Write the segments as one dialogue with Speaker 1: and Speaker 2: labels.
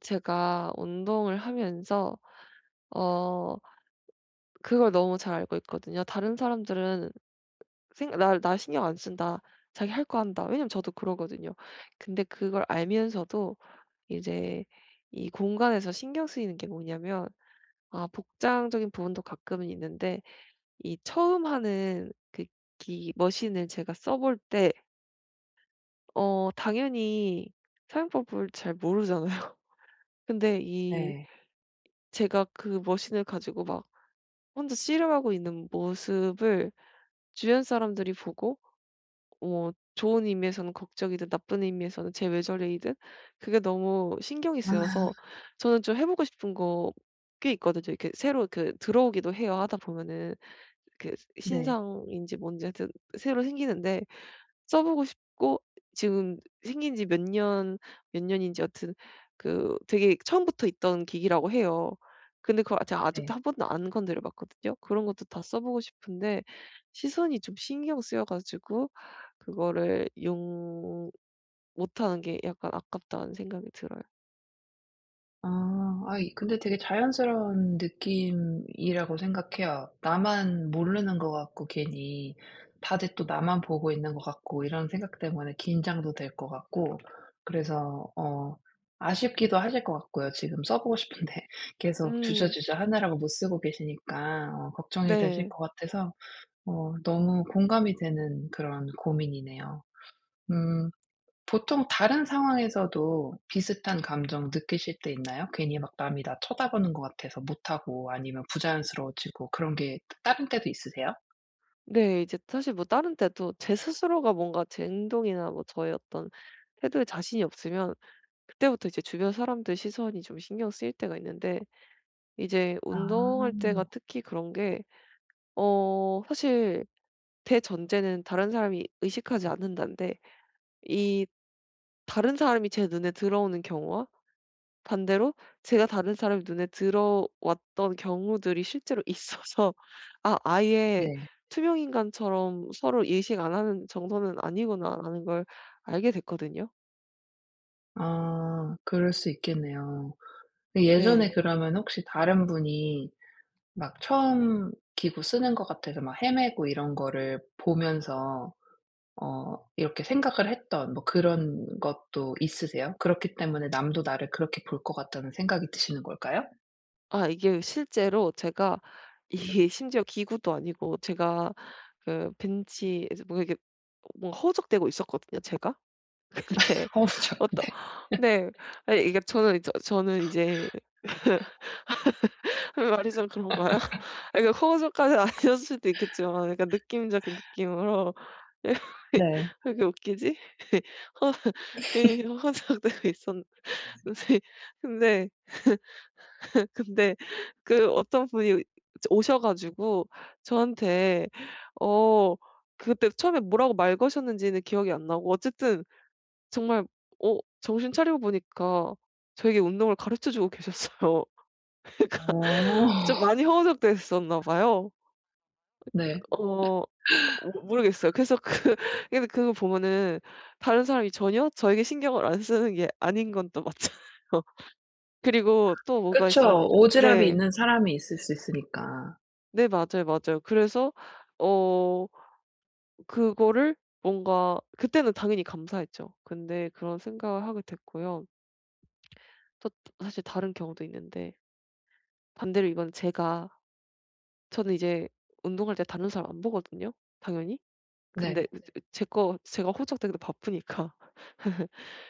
Speaker 1: 제가 운동을 하면서 어 그걸 너무 잘 알고 있거든요. 다른 사람들은 생 '나 신경 안 쓴다. 자기 할 거 한다.' 왜냐면 저도 그러거든요. 근데 그걸 알면서도 이제 이 공간에서 신경 쓰이는 게 뭐냐면, 복장적인 부분도 가끔은 있는데, 이 처음 하는 그 기 머신을 제가 써볼 때 당연히 사용법을 잘 모르잖아요. 근데 이
Speaker 2: 네.
Speaker 1: 제가 그 머신을 가지고 막 혼자 씨름하고 있는 모습을 주변 사람들이 보고, 뭐 좋은 의미에서는 걱정이든 나쁜 의미에서는 제 외절레이든, 그게 너무 신경이 쓰여서
Speaker 2: 아
Speaker 1: 저는 좀 해 보고 싶은 거 꽤 있거든요. 이렇게 새로 들어오기도 해요. 하다 보면은 그
Speaker 2: 네.
Speaker 1: 신상인지 뭔지 하여튼 새로 생기는데 써 보고 싶고, 지금 생긴 지 몇 년인지 여튼 되게 처음부터 있던 기기라고 해요. 근데 그걸 제가
Speaker 2: 네.
Speaker 1: 아직도 한 번도 안 건드려 봤거든요. 그런 것도 다 써 보고 싶은데 시선이 좀 신경 쓰여 가지고 그거를 용 못하는 게 약간 아깝다는 생각이 들어요.
Speaker 2: 아. 아이 근데 되게 자연스러운 느낌이라고 생각해요. 나만 모르는 것 같고 괜히 다들 또 나만 보고 있는 것 같고 이런 생각 때문에 긴장도 될 것 같고 그래서 아쉽기도 하실 것 같고요. 지금 써 보고 싶은데 계속
Speaker 1: 음.
Speaker 2: 주저주저 하느라고 못 쓰고 계시니까 걱정이 되실
Speaker 1: 네.
Speaker 2: 것 같아서 너무 공감이 되는 그런 고민이네요. 음. 보통 다른 상황에서도 비슷한 감정 느끼실 때 있나요? 괜히 막 남이 나 쳐다보는 것 같아서 못하고 아니면 부자연스러워지고 그런 게 다른 때도 있으세요?
Speaker 1: 네, 이제 사실 뭐 다른 때도 제 스스로가 뭔가 제 행동이나 뭐 저의 어떤 태도에 자신이 없으면 그때부터 이제 주변 사람들 시선이 좀 신경 쓰일 때가 있는데, 이제 운동할
Speaker 2: 아.
Speaker 1: 때가 특히 그런 게, 사실 대전제는 다른 사람이 의식하지 않는다인데, 이 다른 사람이 제 눈에 들어오는 경우와 반대로 제가 다른 사람 눈에 들어왔던 경우들이 실제로 있어서, 아예
Speaker 2: 네.
Speaker 1: 투명 인간처럼 서로 의식 안 하는 정도는 아니구나라는 걸 알게 됐거든요.
Speaker 2: 아 그럴 수 있겠네요. 그 예전에
Speaker 1: 네.
Speaker 2: 그러면 혹시 다른 분이 막 처음 기구 쓰는 것 같아서 막 헤매고 이런 거를 보면서 이렇게 생각을 했던 뭐 그런 것도 있으세요? 그렇기 때문에 '남도 나를 그렇게 볼 것 같다.'는 생각이 드시는 걸까요?
Speaker 1: 이게 실제로 제가, 이게 심지어 기구도 아니고 제가 그 벤치에서 뭔가, 이게 뭔가 허우적대고 있었거든요, 제가. 네.
Speaker 2: 파우치였
Speaker 1: 어떠
Speaker 2: 네.
Speaker 1: 네. 아니 이게 저는, 저는 이제, 말이 좀 그런가요? 러니까 허우적까지는 아니었을 수도 있겠지만 약간 느낌적인 느낌으로, 왜
Speaker 2: 네.
Speaker 1: 이렇게 웃기지? 허 이 허우적대고 있었는데, 근데 근데 그 어떤 분이 오셔 가지고 저한테, 어 그때 처음에 뭐라고 말 거셨는지는 기억이 안 나고 어쨌든 정말, 정신 차리고 보니까 저에게 운동을 가르쳐 주고 계셨어요. 좀
Speaker 2: 어.
Speaker 1: 많이 허우적대했었나 봐요.
Speaker 2: 네.
Speaker 1: 어 모 모르겠어요. 그래서 근데 그거 보면은 다른 사람이 전혀 저에게 신경을 안 쓰는 게 아닌 건 또 맞잖아요. 그리고 또 뭐가 있었냐.
Speaker 2: 그쵸. 오지랖이
Speaker 1: 네. 네.
Speaker 2: 있는 사람이 있을 수 있으니까.
Speaker 1: 네, 맞아요, 맞아요. 그래서 어 그거를 뭔가 그때는 당연히 감사했죠. 근데 그런 생각을 하게 됐고요. 또 사실 다른 경우도 있는데, 반대로 이건 제가 저는 이제 운동할 때 다른 사람 안 보거든요, 당연히.
Speaker 2: 네.
Speaker 1: 근데, 네, 제 거 제가 호적되기도 바쁘니까.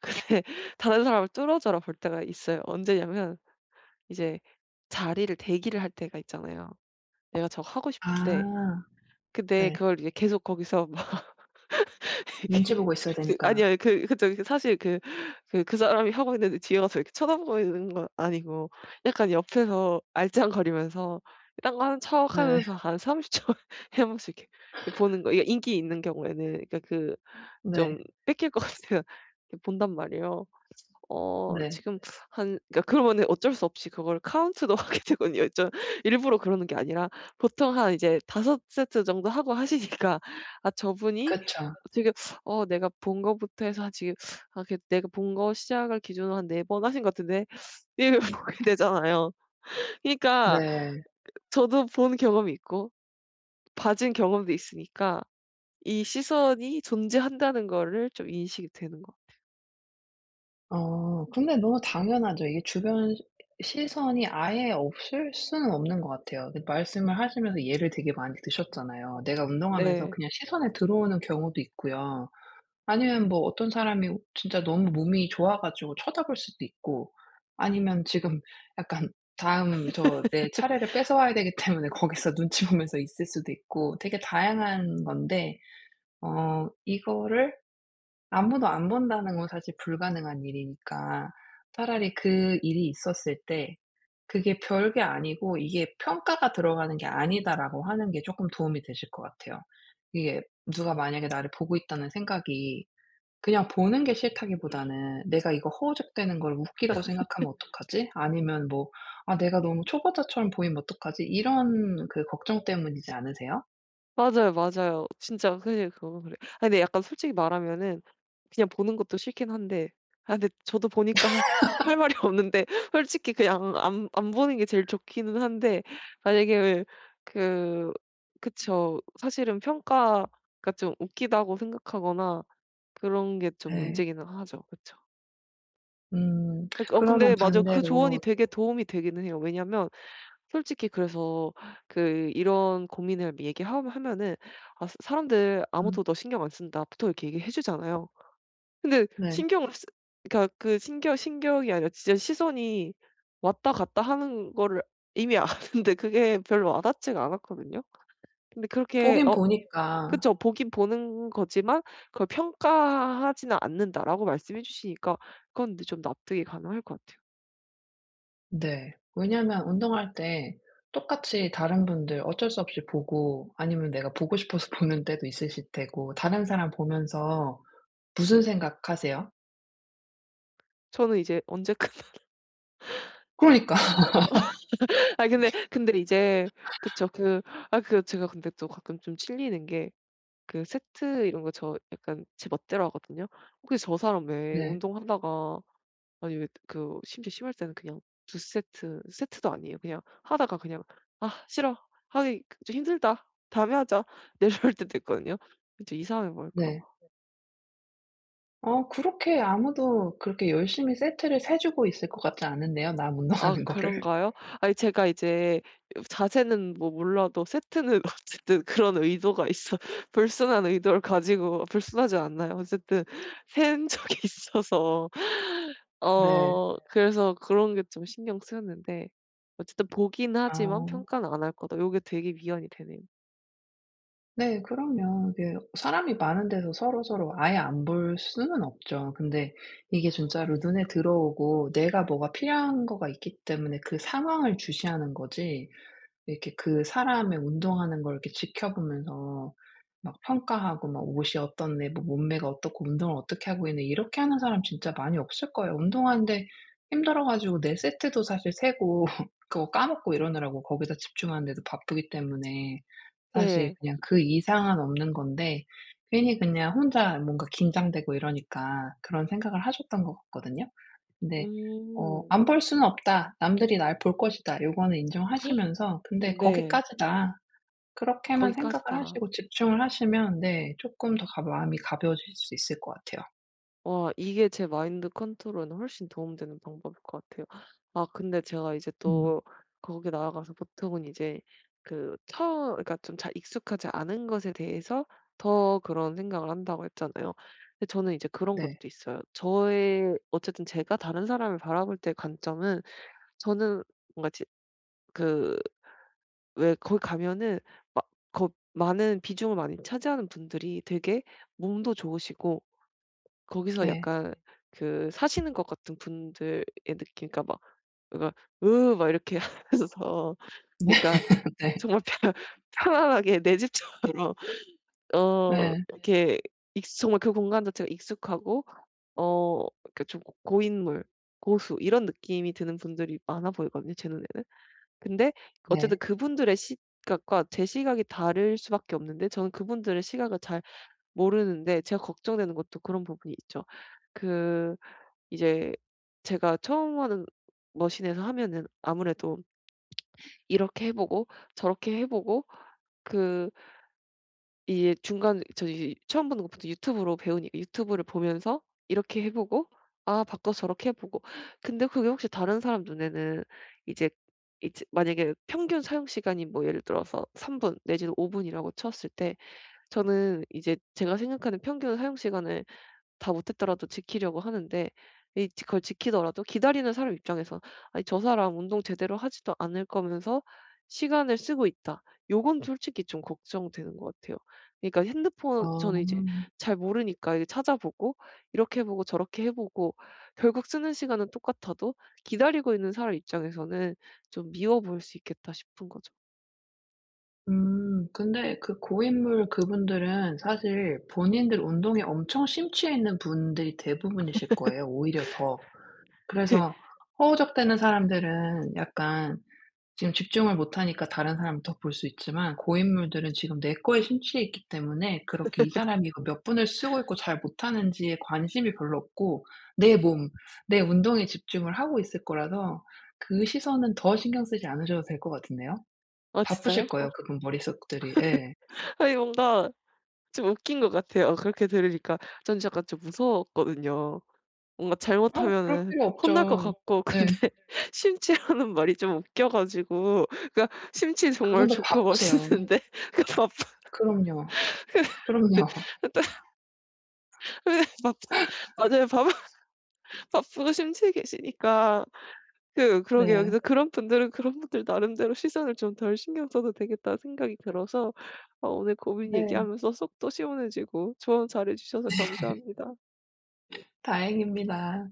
Speaker 1: 근데 다른 사람을 뚫어져라 볼 때가 있어요. 언제냐면 이제 자리를 대기를 할 때가 있잖아요. 내가 저거 하고 싶은데,
Speaker 2: 아
Speaker 1: 근데
Speaker 2: 네.
Speaker 1: 그걸 이제 계속 거기서 막 이렇게,
Speaker 2: 눈치 보고 있어야 되니까.
Speaker 1: 아니요. 그쵸. 사실 그 사람이 하고 있는데 뒤에 가서 이렇게 쳐다보고 있는 건 아니고, 약간 옆에서 알짱거리면서 딴 거 하는
Speaker 2: 네.
Speaker 1: 척하면서 한 30 초에 1 번씩 이렇게, 이렇게 보는 거. 이게 인기 있는 경우에는, 그러니까 좀
Speaker 2: 네.
Speaker 1: 뺏길 것 같으면 이렇게 본단 말이에요.
Speaker 2: 네.
Speaker 1: 지금 한 그러니까, 그러면은 어쩔 수 없이 그걸 카운트도 하게 되거든요. 저 일부러 그러는 게 아니라 보통 한 이제 5세트 정도 하고 하시니까. 저분이
Speaker 2: 그쵸.
Speaker 1: 되게, 내가 본 거부터 해서 한 지금 내가 본 거 시작을 기준으로 한 4번 하신 것 같은데, 이걸 보게 되잖아요. 그러니까
Speaker 2: 네.
Speaker 1: 저도 본 경험이 있고 봐준 경험도 있으니까 이 시선이 존재한다는 거를 좀 인식이 되는 것
Speaker 2: 근데 너무 당연하죠. 이게 주변 시선이 아예 없을 수는 없는 것 같아요. 근데 말씀을 하시면서 예를 되게 많이 드셨잖아요. 내가
Speaker 1: 같아요.
Speaker 2: 운동하면서
Speaker 1: 네.
Speaker 2: 그냥 시선에 들어오는 경우도 있고요. 아니면 뭐 어떤 사람이 진짜 너무 몸이 좋아 가지고 쳐다볼 수도 있고 아니면 지금 약간 다음 저 내 차례를 뺏어와야 되기 때문에 거기서 눈치 보면서 있을 수도 있고 되게 다양한 건데 이거를 아무도 안 본다는 건 사실 불가능한 일이니까 차라리 그 일이 있었을 때 '그게 별게 아니고 이게 평가가 들어가는 게 아니다.'라고 하는 게 조금 도움이 되실 것 같아요. 이게 누가 만약에 나를 보고 있다는 생각이 그냥 보는 게 싫다기보다는 '내가 이거 허우적대는 걸 웃기다고 생각하면 어떡하지?' 아니면 뭐 '아 내가 너무 초보자처럼 보이면 어떡하지?' 이런 그 걱정 때문이지 않으세요?
Speaker 1: 맞아요, 맞아요. 진짜 사실 그건 그래. 근데 약간, 솔직히 말하면은, 그냥 보는 것도 싫긴 한데, 근데 저도 보니까 할 말이 없는데 솔직히 그냥 안 보는 게 제일 좋기는 한데, 만약에, 그 그쵸. 사실은 평가가 좀 웃기다고 생각하거나 그런 게 좀
Speaker 2: 네.
Speaker 1: 문제기는 하죠. 그쵸.
Speaker 2: 음.
Speaker 1: 그러니까,
Speaker 2: 그러면
Speaker 1: 근데 맞아요. 그 조언이
Speaker 2: 반대로
Speaker 1: 되게 도움이 되기는 해요. 왜냐면 솔직히 그래서 그 이런 고민을 얘기하 하면은, 사 사람들
Speaker 2: 음
Speaker 1: "아무도 너 신경 안 쓴다."부터 이렇게 얘기해 주잖아요. 근데
Speaker 2: 네.
Speaker 1: 신경을 쓰 그러니까 신경이 아니라 진짜 시선이 왔다 갔다 하는 거를 이미 아는데 그게 별로 와닿지가 않았거든요. 근데 그렇게,
Speaker 2: 보긴 보니까
Speaker 1: 그쵸. 보긴 보는 거지만 그걸 '평가하지는 않는다.'라고 말씀해 주시니까 그건 근데 좀 납득이 가능할 것 같아요.
Speaker 2: 네. 왜냐면 운동할 때 똑같이 다른 분들 어쩔 수 없이 보고 아니면 내가 보고 싶어서 보는 때도 있으실 테고 다른 사람 보면서 무슨 생각하세요?
Speaker 1: 저는 이제, 언제까
Speaker 2: 그러니까.
Speaker 1: 근데 이제 그쵸. 제가 근데 또 가끔 좀 찔리는 게, 세트 이런 거 저 약간 제 멋대로 하거든요. 혹시 저 사람 왜
Speaker 2: 네.
Speaker 1: 운동하다가, 아니 왜 심지어 심할 때는 그냥, 두 세트도 아니에요. 그냥 하다가 그냥 '아, 싫어. 하기 좀 힘들다. 다음에 하자.' 내려올 때도 있거든요. 근데 이상하게 뭘까?
Speaker 2: 네. 그렇게 아무도 그렇게 열심히 세트를 세 주고 있을 것 같지 않은데요, 남
Speaker 1: 아,
Speaker 2: 운동하는 거를.
Speaker 1: 그런가요? 아니, 제가 이제 자세는 뭐 몰라도 세트는 어쨌든 그런 의도가 있어, 불순한 의도를 가지고. 불순하지 않나요? 어쨌든 센 적이 있어서,
Speaker 2: 네.
Speaker 1: 그래서 그런 게 좀 신경 쓰였는데, 어쨌든 보긴 하지만
Speaker 2: 아
Speaker 1: '평가는 안 할 거다.' 요게 되게 위안이 되네요.
Speaker 2: 네 그럼요. 이게 사람이 많은 데서 서로서로 아예 안 볼 수는 없죠. 근데 이게 진짜로 눈에 들어오고 내가 뭐가 필요한 거가 있기 때문에 그 상황을 주시하는 거지 이렇게 그 사람의 운동하는 걸 이렇게 지켜보면서 막 평가하고 막 옷이 어떻네, 뭐 몸매가 어떻고 운동을 어떻게 하고 있네 이렇게 하는 사람 진짜 많이 없을 거예요. 운동하는데 힘들어 가지고 내 세트도 사실 세고 그거 까먹고 이러느라고 거기다 집중하는데도 바쁘기 때문에 사실
Speaker 1: 예.
Speaker 2: 그냥 그 이상은 없는 건데 괜히 그냥 혼자 뭔가 긴장되고 이러니까 그런 생각을 하셨던 것 같거든요. 근데
Speaker 1: 음.
Speaker 2: '안 볼 수는 없다. 남들이 날 볼 것이다.' 요거는 인정하시면서 근데
Speaker 1: 네.
Speaker 2: '거기까지다.' 그렇게만 생각을
Speaker 1: 거기까지다.
Speaker 2: 하시고 집중을 하시면 네 조금 더 가 마음이 가벼워질 수 있을 것 같아요.
Speaker 1: 와, 이게 제 마인드 컨트롤에는 훨씬 도움되는 방법일 것 같아요. 근데 제가 이제
Speaker 2: 음
Speaker 1: 또 거기 나아가서, 보통은 이제 처음, 그러니까 좀 잘 익숙하지 않은 것에 대해서 더 그런 생각을 한다고 했잖아요. 근데 저는 이제 그런
Speaker 2: 네.
Speaker 1: 것도 있어요. 저의, 어쨌든 제가 다른 사람을 바라볼 때 관점은, 저는 뭔가 지 그 왜, 거기 가면은 막 거 많은 비중을 많이 차지하는 분들이 되게 몸도 좋으시고, 거기서
Speaker 2: 네.
Speaker 1: 약간 사시는 것 같은 분들의 느낌, 그러니까 막, 그러니까 "으." 막 이렇게 하면서, 그러니까
Speaker 2: 네.
Speaker 1: 정말 편 편안하게 내 집처럼,
Speaker 2: 네. 네.
Speaker 1: 이렇게, 익스 정말 그 공간 자체가 익숙하고, 그러니까 좀 고 고인물, 고수 이런 느낌이 드는 분들이 많아 보이거든요, 제 눈에는. 근데 어쨌든
Speaker 2: 네.
Speaker 1: 그분들의 시각과 제 시각이 다를 수밖에 없는데, 저는 그분들의 시각을 잘 모르는데 제가 걱정되는 것도 그런 부분이 있죠. 그 이제 제가 처음 하는 머신에서 하면은 아무래도 이렇게 해 보고 저렇게 해 보고, 그 이제 중간 저 이 처음 보는 것부터 유튜브로 배우니까 유튜브를 보면서 이렇게 해 보고, 아 바꿔서 저렇게 해 보고, 근데 그게 혹시 다른 사람 눈에는, 이제 이제 만약에 평균 사용 시간이 뭐, 예를 들어서 3분 내지는 5 분이라고 쳤을 때, 저는 이제 제가 생각하는 평균 사용 시간을 다 못했더라도 지키려고 하는데, 이 지 그걸 지키더라도 기다리는 사람 입장에선 '아니, 저 사람 운동 제대로 하지도 않을 거면서 시간을 쓰고 있다.' 요건 솔직히 좀 걱정되는 것 같아요. 그러니까 핸드폰,
Speaker 2: 어.
Speaker 1: 저는 이제 잘 모르니까 이제 찾아보고 이렇게 해 보고 저렇게 해 보고, 결국 쓰는 시간은 똑같아도 기다리고 있는 사람 입장에서는 좀 미워 보일 수 있겠다 싶은 거죠.
Speaker 2: 근데 그 고인물 그분들은 사실 본인들 운동에 엄청 심취해 있는 분들이 대부분이실 거예요, 오히려 더. 그래서 허우적대는 사람들은 약간 지금 집중을 못 하니까 다른 사람을 더 볼 수 있지만 고인물들은 지금 내 거에 심취해 있기 때문에 그렇게 이 사람이 이거 몇 분을 쓰고 있고 잘 못하는지에 관심이 별로 없고 내 몸, 내 운동에 집중을 하고 있을 거라서 그 시선은 더 신경 쓰지 않으셔도 될 것 같은데요?
Speaker 1: 아, 진짜요?
Speaker 2: 바쁘실 거예요 그분 머릿속들이. 예.
Speaker 1: 아니, 뭔가 좀 웃긴 것 같아요, 그렇게 들으니까. 저는 약간 좀 무서웠거든요. 뭔가
Speaker 2: 그럴
Speaker 1: 잘못하면은
Speaker 2: 필요
Speaker 1: 혼날 것
Speaker 2: 없죠.
Speaker 1: 같고.
Speaker 2: 네.
Speaker 1: 근데 심취라는 말이 좀 웃겨 가지고, 그러니까 심취 정말
Speaker 2: 그분들
Speaker 1: 좋고
Speaker 2: 바쁘세요.
Speaker 1: 멋있는데, 그 바쁜.
Speaker 2: 그럼요. 그럼요.
Speaker 1: 바 맞아요. 바 바쁘고 심취해 계시니까, 그러게요. 그
Speaker 2: 네.
Speaker 1: 서 그런 분들은 그런 분들 나름대로 시선을 좀 덜 신경 써도 되겠다는 생각이 들어서, 오늘 고민
Speaker 2: 네.
Speaker 1: 얘기하면서 속 또 시원해지고, 조언 잘해 주셔서 감사합니다.
Speaker 2: 다행입니다.